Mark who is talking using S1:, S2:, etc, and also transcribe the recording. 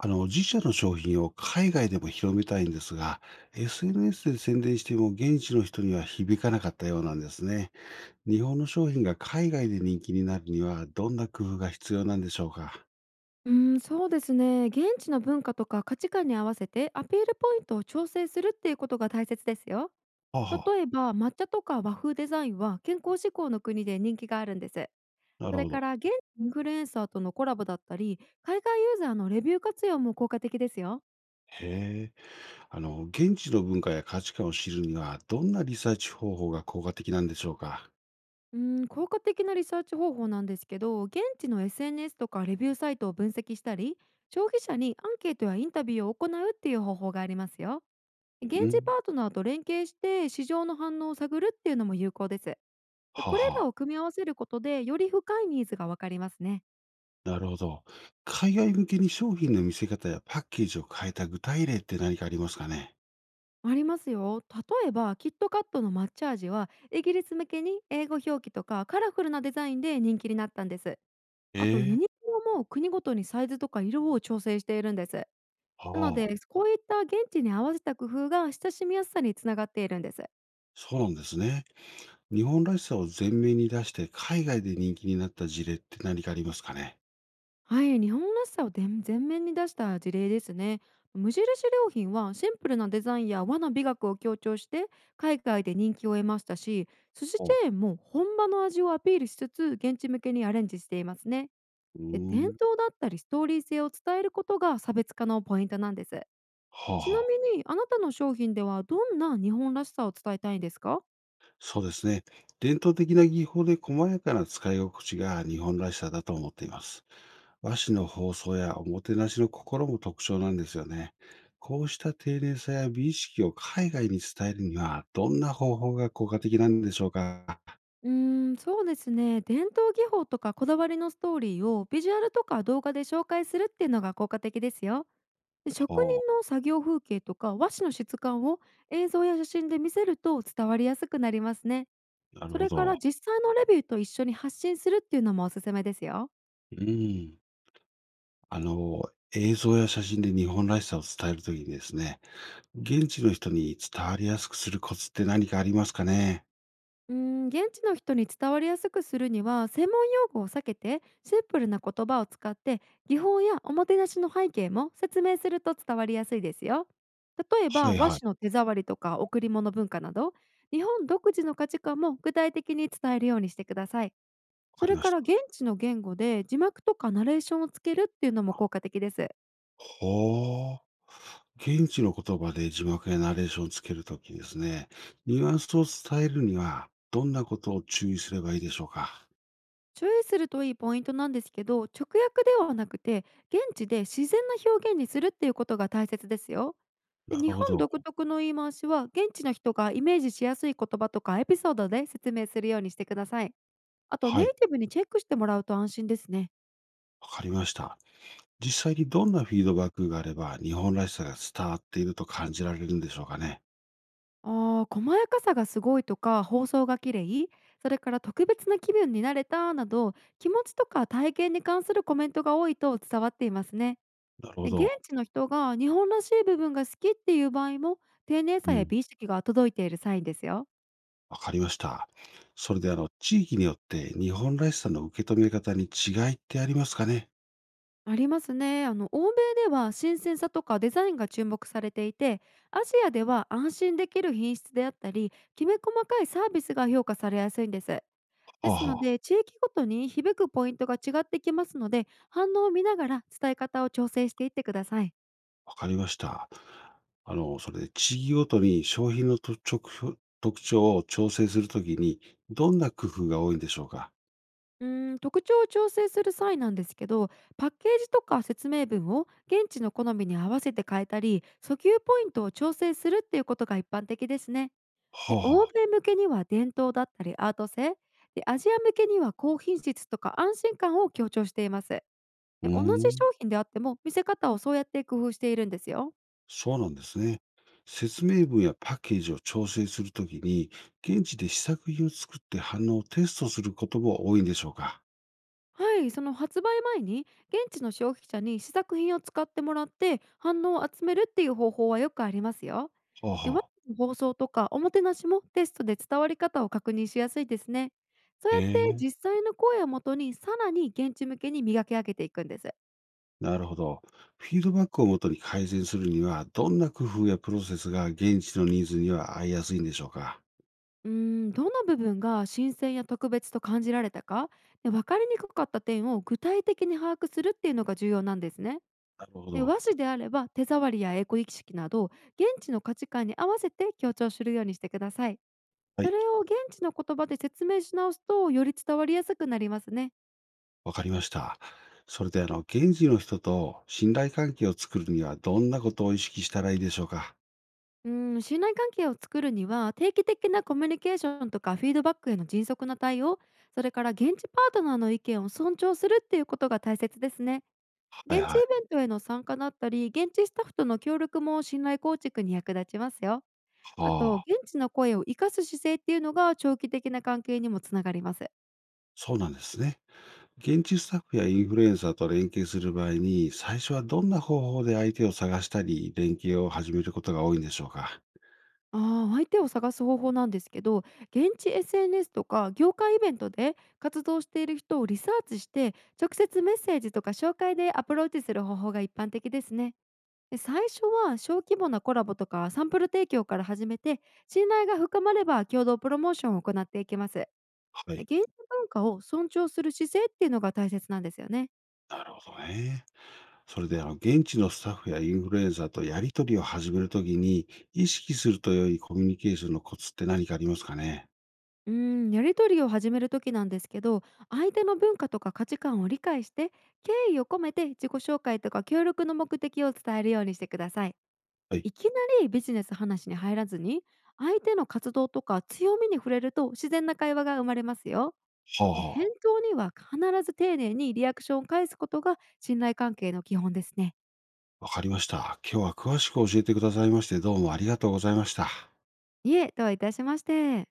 S1: 自社の商品を海外でも広めたいんですが、SNS で宣伝しても現地の人には響かなかったようなんですね。日本の商品が海外で人気になるには、どんな工夫が必要なんでしょうか。
S2: うん、そうですね。現地の文化とか価値観に合わせてアピールポイントを調整するっていうことが大切ですよ。
S1: はあは
S2: 例えば抹茶とか和風デザインは健康志向の国で人気があるんです。
S1: あ、な
S2: そ
S1: る
S2: れ
S1: ほど。
S2: から現地インフルエンサーとのコラボだったり、海外ユーザーのレビュー活用も効果的ですよ。
S1: へえ。現地の文化や価値観を知るには、どんなリサーチ方法が効果的なんでしょうか。
S2: うん、効果的なリサーチ方法なんですけど、現地の SNS とかレビューサイトを分析したり、消費者にアンケートやインタビューを行うっていう方法がありますよ。
S1: う
S2: 現地
S1: ん。
S2: パートナーと連携して市場の反応を探るっていうのも有効です。で、
S1: はあ
S2: これ
S1: は
S2: らを組み合わせることでより深いニーズがわかりますね。
S1: あ、なるほど。海外向けに商品の見せ方やパッケージを変えた具体例って何かありますかね。
S2: ありますよ。例えばキットカットの抹茶味はイギリス向けに英語表記とかカラフルなデザインで人気になったんです。
S1: え
S2: あとユ
S1: え。
S2: ニクロも国ごとにサイズとか色を調整しているんです。
S1: は
S2: なので、
S1: あ。
S2: こういった現地に合わせた工夫が親しみやすさにつながっているんです。
S1: そうなんですね。日本らしさを前面に出して海外で人気になった事例って何かありますかね。
S2: はい、日本らしさを前面に出した事例ですね。無印良品はシンプルなデザインや和の美学を強調して海外で人気を得ましたし、寿司
S1: お
S2: チ
S1: う
S2: ェーンも本場の味をアピールしつつ現地向けにアレンジしていますね。
S1: ー
S2: で、伝
S1: ん。
S2: 統だったりストーリー性を伝えることが差別化のポイントなんです。
S1: はあ
S2: ちな
S1: はあ。
S2: みに、あなたの商品ではどんな日本らしさを伝えたいんですか？
S1: そうですね。伝統的な技法で細やかな使い心地が日本らしさだと思っています。和紙の包装やおもてなしの心も特徴なんですよね。こうした丁寧さや美意識を海外に伝えるには、どんな方法が効果的なんでしょうか。
S2: うーん、そうですね。伝統技法とかこだわりのストーリーをビジュアルとか動画で紹介するっていうのが効果的ですよ。で、
S1: ほ
S2: 職人の作業風景とか和紙の質感を映像や写真で見せると伝わりやすくなりますね。
S1: う、なる
S2: そ
S1: ほ
S2: れか
S1: ど。
S2: ら実際のレビューと一緒に発信するっていうのもおすすめですよ。
S1: うん。あの、映像や写真で日本らしさを伝えるときにですね、現地の人に伝わりやすくするコツって何かありますかね？
S2: うーん、現地の人に伝わりやすくするには、専門用語を避けてシンプルな言葉を使って、技法やおもてなしの背景も説明すると伝わりやすいですよ。例え
S1: は
S2: ば
S1: いはい、
S2: 和
S1: わ
S2: 紙の手触りとか贈り物文化など、日本独自の価値観も具体的に伝えるようにしてください。
S1: か
S2: そ
S1: り
S2: れ
S1: ま
S2: か
S1: し
S2: ら
S1: た。
S2: 現地の言語で字幕とかナレーションをつけるっていうのも効果的です。
S1: ほう。現地の言葉で字幕やナレーションをつけるときですね、ニュアンスを伝えるには、どんなことを注意すればいいでしょうか？
S2: 注意するといいポイントなんですけど、直訳ではなくて、現地で自然な表現にするっていうことが大切ですよ。で、
S1: なる
S2: 日
S1: ほ
S2: 本
S1: ど。
S2: 独特の言い回しは、現地の人がイメージしやすい言葉とかエピソードで説明するようにしてください。あと、ネ
S1: は
S2: イ
S1: い、
S2: ティブにチェックしてもらうと安心ですね。
S1: わかりました。実際にどんなフィードバックがあれば、日本らしさが伝わっていると感じられるんでしょうかね？
S2: ああ、細やかさがすごいとか、放送が綺麗、それから特別な気分になれたなど、気持ちとか体験に関するコメントが多いと伝わっていますね。
S1: なるほ
S2: で、現
S1: ど。
S2: 地の人が日本らしい部分が好きっていう場合も、丁寧
S1: う
S2: さや
S1: ん。
S2: 美意識が届いているサインですよ。
S1: わかりました。それで地域によって日本らしさの受け止め方に違いってありますかね。
S2: ありますね。欧米では新鮮さとかデザインが注目されていて、アジアでは安心できる品質であったり、きめ細かいサービスが評価されやすいんです。
S1: あ
S2: で
S1: あ、
S2: すの
S1: は
S2: で、地域ごとに響くポイントが違ってきますので、反応を見ながら伝え方を調整していってください。
S1: わかりました。それで地域ごとに商品の特徴を調整するときに、どんな工夫が多いんでしょうか。
S2: うーん、特徴を調整する際なんですけど、パッケージとか説明文を現地の好みに合わせて変えたり、訴求ポイントを調整するっていうことが一般的ですね。
S1: はあ、
S2: で、欧
S1: はあ、
S2: 米向けには伝統だったりアート性、でアジア向けには高品質とか安心感を強調しています。で、
S1: う
S2: 同じ
S1: ーん、
S2: 商品であっても見せ方をそうやって工夫しているんですよ。
S1: そうなんですね。説明文やパッケージを調整するときに、現地で試作品を作って反応をテストすることも多いんでしょうか。
S2: はい、その発売前に現地の消費者に試作品を使ってもらって反応を集めるっていう方法はよくありますよ。
S1: はあ、
S2: ワ
S1: はあ、
S2: インの放送とかおもてなしもテストで伝わり方を確認しやすいですね。そう
S1: へ
S2: やって
S1: え、
S2: 実際の声をもとに、さらに現地向けに磨き上げていくんです。
S1: なるほど。フィードバックをもとに改善するには、どんな工夫やプロセスが現地のニーズには合いやすいんでしょうか。
S2: うーん、どの部分が新鮮や特別と感じられたか、で分かりにくかった点を具体的に把握するっていうのが重要なんですね。
S1: なるほ
S2: で、和
S1: ど。
S2: 紙であれば手触りやエコ意識など、現地の価値観に合わせて強調するようにしてください。
S1: は
S2: そ
S1: い、
S2: れを現地の言葉で説明し直すと、より伝わりやすくなりますね。
S1: わかりました。それで、現地の人と信頼関係を作るには、どんなことを意識したらいいでしょうか。
S2: うん、信頼関係を作るには、定期的なコミュニケーションとかフィードバックへの迅速な対応、それから現地パートナーの意見を尊重するっていうことが大切ですね。
S1: はい
S2: 現地イ
S1: は
S2: ベ
S1: い。
S2: ントへの参加だったり、現地スタッフとの協力も信頼構築に役立ちますよ。あと、
S1: はあ、
S2: 現地の声を生かす姿勢っていうのが長期的な関係にもつながります。
S1: そうなんですね。現地スタッフやインフルエンサーと連携する場合に、最初はどんな方法で相手を探したり、連携を始めることが多いんでしょうか。
S2: ああ、相手を探す方法なんですけど、現地 SNS とか業界イベントで活動している人をリサーチして、直接メッセージとか紹介でアプローチする方法が一般的ですね。で、最初は小規模なコラボとかサンプル提供から始めて、信頼が深まれば共同プロモーションを行っていきます。
S1: は
S2: で、
S1: い、
S2: 現地文化を尊重する姿勢っていうのが大切なんですよね。
S1: なるほどね。それで、現地のスタッフやインフルエンサーとやり取りを始めるときに、意識すると良いコミュニケーションのコツって何かありますかね。
S2: うん、やり取りを始める時なんですけど、相手の文化とか価値観を理解して、敬意を込めて自己紹介とか協力の目的を伝えるようにしてください。
S1: は
S2: で、
S1: い。
S2: いきなりビジネス話に入らずに、相手の活動とか強みに触れると自然な会話が生まれますよ。
S1: はあ、
S2: で、返
S1: は
S2: 答には必ず丁寧にリアクションを返すことが信頼関係の基本ですね。
S1: あ、わかりました。今日は詳しく教えてくださいまして、どうもありがとうございました。
S2: いえ、どういたしまして。